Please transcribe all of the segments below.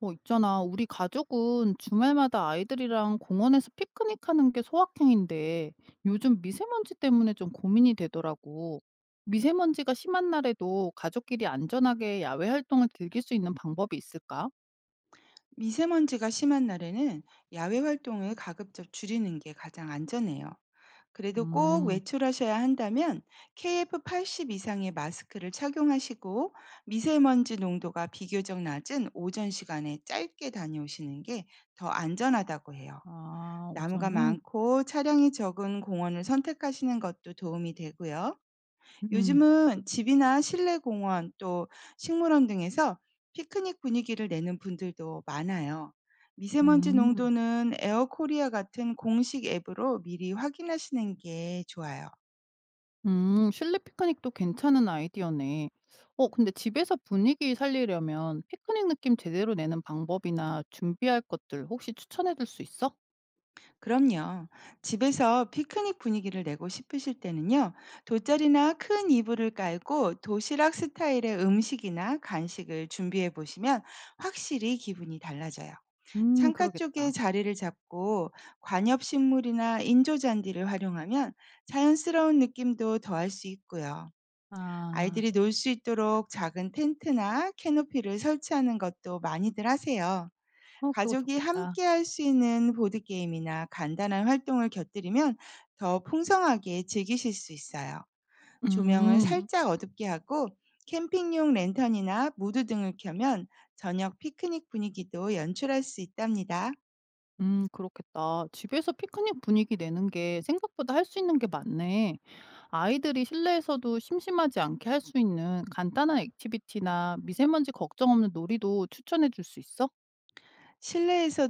있잖아. 우리 가족은 주말마다 아이들이랑 공원에서 피크닉하는 게 소확행인데 요즘 미세먼지 때문에 좀 고민이 되더라고. 미세먼지가 심한 날에도 가족끼리 안전하게 야외 활동을 즐길 수 있는 방법이 있을까? 미세먼지가 심한 날에는 야외 활동을 가급적 줄이는 게 가장 안전해요. 그래도 꼭 음, 외출하셔야 한다면 KF80 이상의 마스크를 착용하시고 미세먼지 농도가 비교적 낮은 오전 시간에 짧게 다녀오시는 게 더 안전하다고 해요. 아, 나무가 오전에? 많고 차량이 적은 공원을 선택하시는 것도 도움이 되고요. 음, 요즘은 집이나 실내 공원 또 식물원 등에서 피크닉 분위기를 내는 분들도 많아요. 미세먼지 음, 농도는 에어코리아 같은 공식 앱으로 미리 확인하시는 게 좋아요. 실내 피크닉도 괜찮은 아이디어네. 근데 집에서 분위기 살리려면 피크닉 느낌 제대로 내는 방법이나 준비할 것들 혹시 추천해 줄 수 있어? 그럼요. 집에서 피크닉 분위기를 내고 싶으실 때는요. 돗자리나 큰 이불을 깔고 도시락 스타일의 음식이나 간식을 준비해 보시면 확실히 기분이 달라져요. 음, 창가 쪽에 그러겠다. 자리를 잡고 관엽 식물이나 인조 잔디를 활용하면 자연스러운 느낌도 더할 수 있고요. 아. 아이들이 놀 수 있도록 작은 텐트나 캐노피를 설치하는 것도 많이들 하세요. 어, 그거 가족이 좋겠다. 함께 할 수 있는 보드게임이나 간단한 활동을 곁들이면 더 풍성하게 즐기실 수 있어요. 조명을 음. 살짝 어둡게 하고 캠핑용 랜턴이나 무드 등을 켜면 저녁 피크닉 분위기도 연출할 수 있답니다. 음, 그렇겠다. 집에서 피크닉 분위기 내는 게 생각보다 할 수 있는 게 많네. 아이들이 실내에서도 심심하지 않게 할 수 있는 간단한 액티비티나 미세먼지 걱정 없는 놀이도 추천해 줄 수 있어?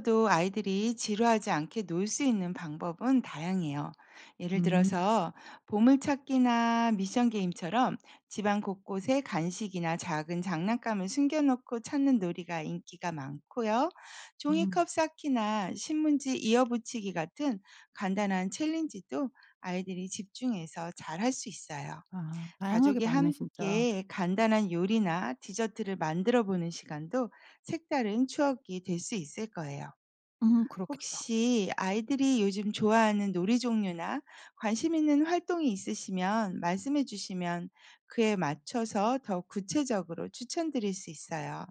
실내에서도 아이들이 지루하지 않게 놀 수 있는 방법은 다양해요. 예를 음. 들어서 보물찾기나 미션 게임처럼 집안 곳곳에 간식이나 작은 장난감을 숨겨놓고 찾는 놀이가 인기가 많고요. 음. 종이컵 쌓기나 신문지 이어붙이기 같은 간단한 챌린지도 아이들이 집중해서 잘 할 수 있어요. 아, 다양하게 가족이 많네 진짜. 함께 간단한 요리나 디저트를 만들어 보는 시간도 색다른 추억이 될 수 있을 거예요. 음, 그렇겠다. 혹시 아이들이 요즘 좋아하는 놀이 종류나 관심 있는 활동이 있으시면 말씀해 주시면 그에 맞춰서 더 구체적으로 추천드릴 수 있어요.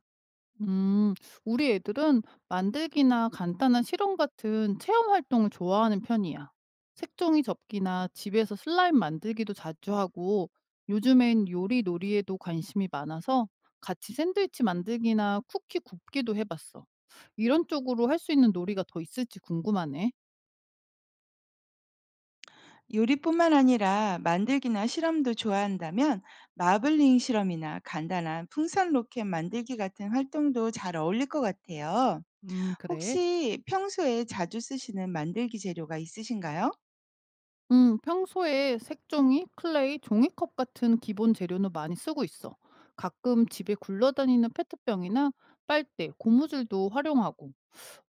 음, 우리 애들은 만들기나 간단한 실험 같은 체험 활동을 좋아하는 편이야. 색종이 접기나 집에서 슬라임 만들기도 자주 하고, 요즘엔 요리 놀이에도 관심이 많아서 같이 샌드위치 만들기나 쿠키 굽기도 해봤어. 이런 쪽으로 할 수 있는 놀이가 더 있을지 궁금하네. 요리뿐만 아니라 만들기나 실험도 좋아한다면 마블링 실험이나 간단한 풍선 로켓 만들기 같은 활동도 잘 어울릴 것 같아요. 그래. 혹시 평소에 자주 쓰시는 만들기 재료가 있으신가요? 평소에 색종이, 클레이, 종이컵 같은 기본 재료는 많이 쓰고 있어. 가끔 집에 굴러다니는 페트병이나 빨대, 고무줄도 활용하고,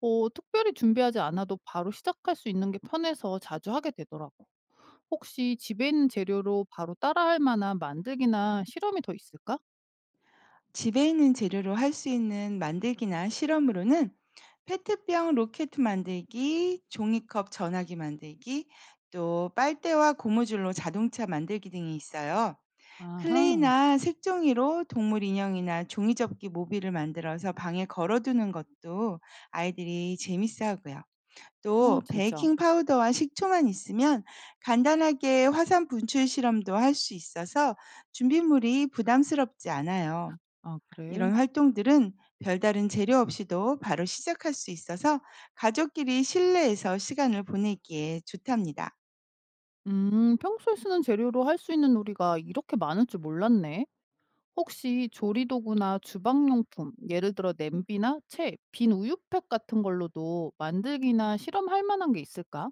특별히 준비하지 않아도 바로 시작할 수 있는 게 편해서 자주 하게 되더라고. 혹시 집에 있는 재료로 바로 따라할 만한 만들기나 실험이 더 있을까? 집에 있는 재료로 할 수 있는 만들기나 실험으로는 페트병 로켓 만들기, 종이컵 전화기 만들기, 또 빨대와 고무줄로 자동차 만들기 등이 있어요. 아하. 클레이나 색종이로 동물 인형이나 종이접기 모빌을 만들어서 방에 걸어두는 것도 아이들이 재밌어 하고요. 또 진짜. 베이킹 파우더와 식초만 있으면 간단하게 화산 분출 실험도 할 수 있어서 준비물이 부담스럽지 않아요. 아, 그래. 이런 활동들은 별다른 재료 없이도 바로 시작할 수 있어서 가족끼리 실내에서 시간을 보내기에 좋답니다. 평소에 쓰는 재료로 할 수 있는 놀이가 이렇게 많을 줄 몰랐네. 혹시 조리도구나 주방용품, 예를 들어 냄비나 체, 빈 우유팩 같은 걸로도 만들기나 실험할 만한 게 있을까?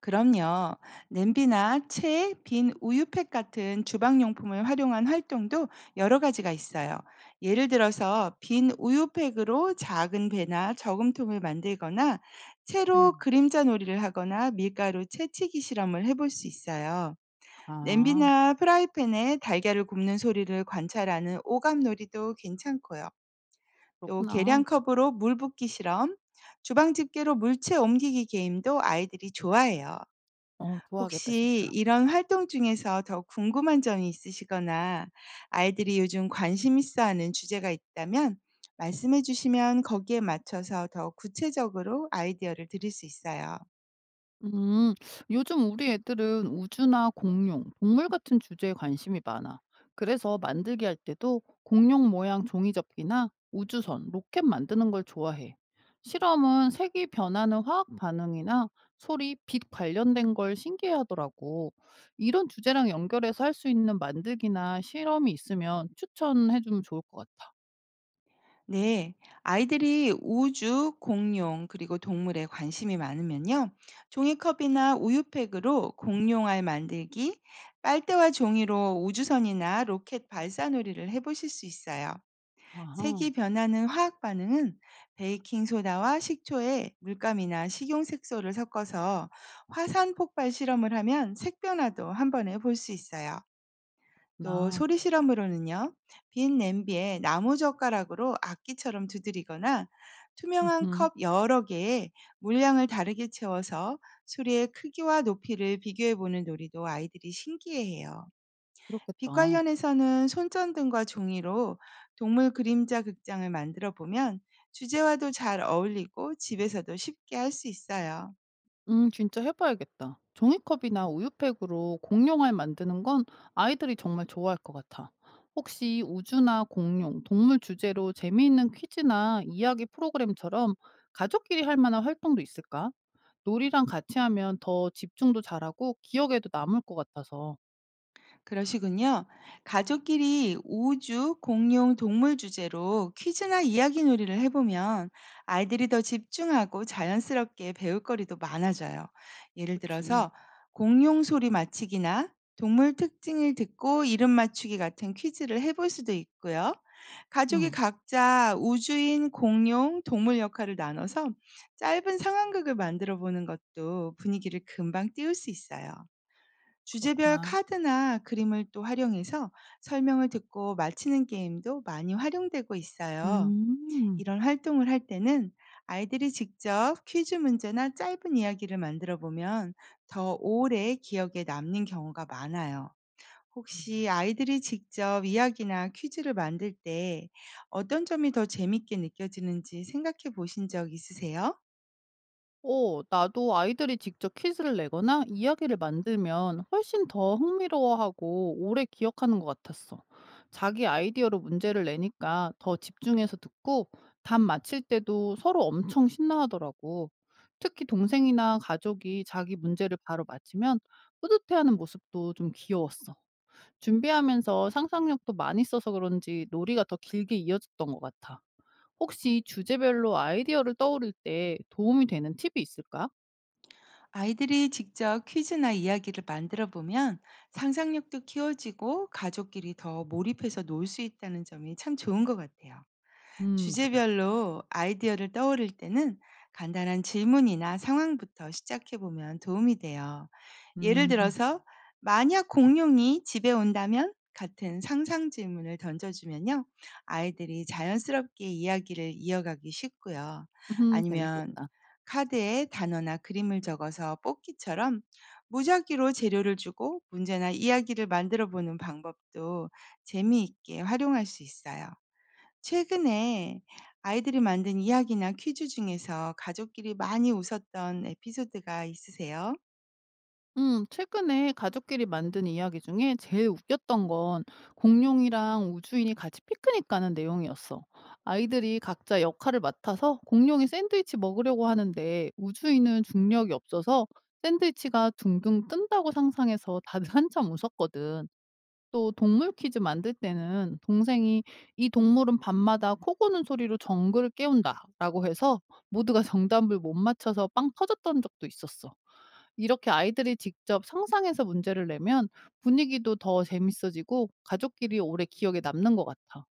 그럼요. 냄비나 채, 빈 우유팩 같은 주방용품을 활용한 활동도 여러 가지가 있어요. 예를 들어서 빈 우유팩으로 작은 배나 저금통을 만들거나 채로 음. 그림자 놀이를 하거나 밀가루 채치기 실험을 해볼 수 있어요. 아, 냄비나 프라이팬에 달걀을 굽는 소리를 관찰하는 오감 놀이도 괜찮고요. 또 그렇구나. 계량컵으로 물 붓기 실험, 주방 집게로 물체 옮기기 게임도 아이들이 좋아해요. 어, 좋아하겠다, 혹시 진짜. 이런 활동 중에서 더 궁금한 점이 있으시거나 아이들이 요즘 관심 있어 하는 주제가 있다면 말씀해 주시면 거기에 맞춰서 더 구체적으로 아이디어를 드릴 수 있어요. 음, 요즘 우리 애들은 우주나 공룡, 동물 같은 주제에 관심이 많아. 그래서 만들기 할 때도 공룡 모양 종이접기나 우주선, 로켓 만드는 걸 좋아해. 실험은 색이 변하는 화학 반응이나 소리, 빛 관련된 걸 신기해하더라고. 이런 주제랑 연결해서 할 수 있는 만들기나 실험이 있으면 추천해주면 좋을 것 같아. 네. 아이들이 우주, 공룡, 그리고 동물에 관심이 많으면요. 종이컵이나 우유팩으로 공룡알 만들기, 빨대와 종이로 우주선이나 로켓 발사놀이를 해 보실 수 있어요. 아하. 색이 변하는 화학 반응은 베이킹 소다와 식초에 물감이나 식용 색소를 섞어서 화산 폭발 실험을 하면 색 변화도 한 번에 볼 수 있어요. 또 나. 소리 실험으로는요. 빈 냄비에 나무 젓가락으로 악기처럼 두드리거나 투명한 음, 컵 여러 개에 물량을 다르게 채워서 소리의 크기와 높이를 비교해 보는 놀이도 아이들이 신기해해요. 빛 그렇겠다. 관련해서는 손전등과 종이로 동물 그림자 극장을 만들어 보면 주제와도 잘 어울리고 집에서도 쉽게 할 수 있어요. 진짜 해봐야겠다. 종이컵이나 우유팩으로 공룡알 만드는 건 아이들이 정말 좋아할 것 같아. 혹시 우주나 공룡, 동물 주제로 재미있는 퀴즈나 이야기 프로그램처럼 가족끼리 할 만한 활동도 있을까? 놀이랑 같이 하면 더 집중도 잘하고 기억에도 남을 것 같아서. 그러시군요. 가족끼리 우주, 공룡, 동물 주제로 퀴즈나 이야기 놀이를 해보면 아이들이 더 집중하고 자연스럽게 배울 거리도 많아져요. 예를 그치. 들어서 공룡 소리 맞히기나 동물 특징을 듣고 이름 맞추기 같은 퀴즈를 해볼 수도 있고요. 가족이 음, 각자 우주인, 공룡, 동물 역할을 나눠서 짧은 상황극을 만들어 보는 것도 분위기를 금방 띄울 수 있어요. 주제별 그렇구나. 카드나 그림을 또 활용해서 설명을 듣고 맞히는 게임도 많이 활용되고 있어요. 음. 이런 활동을 할 때는 아이들이 직접 퀴즈 문제나 짧은 이야기를 만들어 보면 더 오래 기억에 남는 경우가 많아요. 혹시 아이들이 직접 이야기나 퀴즈를 만들 때 어떤 점이 더 재밌게 느껴지는지 생각해 보신 적 있으세요? 어, 나도 아이들이 직접 퀴즈를 내거나 이야기를 만들면 훨씬 더 흥미로워하고 오래 기억하는 것 같았어. 자기 아이디어로 문제를 내니까 더 집중해서 듣고 답 맞힐 때도 서로 엄청 신나하더라고. 특히 동생이나 가족이 자기 문제를 바로 맞히면 뿌듯해하는 모습도 좀 귀여웠어. 준비하면서 상상력도 많이 써서 그런지 놀이가 더 길게 이어졌던 것 같아. 혹시 주제별로 아이디어를 떠오를 때 도움이 되는 팁이 있을까? 아이들이 직접 퀴즈나 이야기를 만들어 보면 상상력도 키워지고 가족끼리 더 몰입해서 놀 수 있다는 점이 참 좋은 것 같아요. 음, 맞아. 주제별로 아이디어를 떠오를 때는 간단한 질문이나 상황부터 시작해 보면 도움이 돼요. 예를 음. 들어서, 만약 공룡이 집에 온다면? 같은 상상 질문을 던져주면요. 아이들이 자연스럽게 이야기를 이어가기 쉽고요. 음, 아니면 재밌겠다. 카드에 단어나 그림을 적어서 뽑기처럼 무작위로 재료를 주고 문제나 이야기를 만들어 보는 방법도 재미있게 활용할 수 있어요. 최근에 아이들이 만든 이야기나 퀴즈 중에서 가족끼리 많이 웃었던 에피소드가 있으세요? 음, 최근에 가족끼리 만든 이야기 중에 제일 웃겼던 건 공룡이랑 우주인이 같이 피크닉 가는 내용이었어. 아이들이 각자 역할을 맡아서 공룡이 샌드위치 먹으려고 하는데 우주인은 중력이 없어서 샌드위치가 둥둥 뜬다고 상상해서 다들 한참 웃었거든. 또 동물 퀴즈 만들 때는 동생이 "이 동물은 밤마다 코 고는 소리로 정글을 깨운다."라고 해서 모두가 정답을 못 맞춰서 빵 터졌던 적도 있었어. 이렇게 아이들이 직접 상상해서 문제를 내면 분위기도 더 재밌어지고 가족끼리 오래 기억에 남는 것 같아.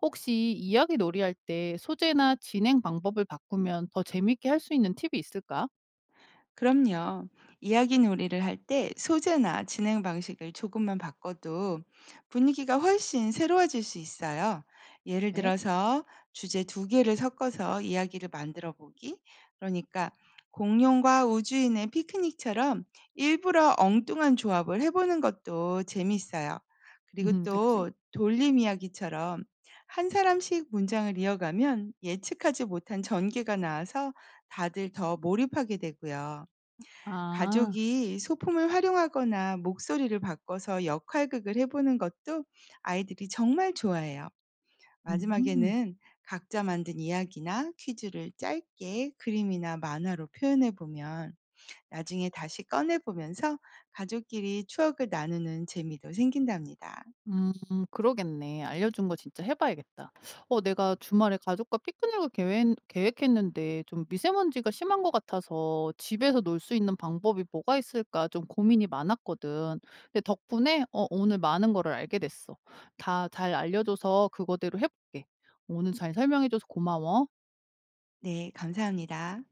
혹시 이야기 놀이할 때 소재나 진행 방법을 바꾸면 더 재밌게 할 수 있는 팁이 있을까? 그럼요. 이야기 놀이를 할 때 소재나 진행 방식을 조금만 바꿔도 분위기가 훨씬 새로워질 수 있어요. 예를 네. 들어서 주제 두 개를 섞어서 이야기를 만들어 보기. 그러니까 공룡과 우주인의 피크닉처럼 일부러 엉뚱한 조합을 해보는 것도 재밌어요. 그리고 음, 그치. 또 돌림 이야기처럼 한 사람씩 문장을 이어가면 예측하지 못한 전개가 나와서 다들 더 몰입하게 되고요. 아. 가족이 소품을 활용하거나 목소리를 바꿔서 역할극을 해보는 것도 아이들이 정말 좋아해요. 음. 마지막에는 각자 만든 이야기나 퀴즈를 짧게 그림이나 만화로 표현해 보면 나중에 다시 꺼내 보면서 가족끼리 추억을 나누는 재미도 생긴답니다. 음, 그러겠네. 알려준 거 진짜 해 봐야겠다. 어, 내가 주말에 가족과 피크닉을 계획했는데 좀 미세먼지가 심한 것 같아서 집에서 놀 수 있는 방법이 뭐가 있을까 좀 고민이 많았거든. 근데 덕분에 오늘 많은 거를 알게 됐어. 다 잘 알려줘서 그거대로 해 볼게. 오늘 잘 설명해 줘서 고마워. 네, 감사합니다.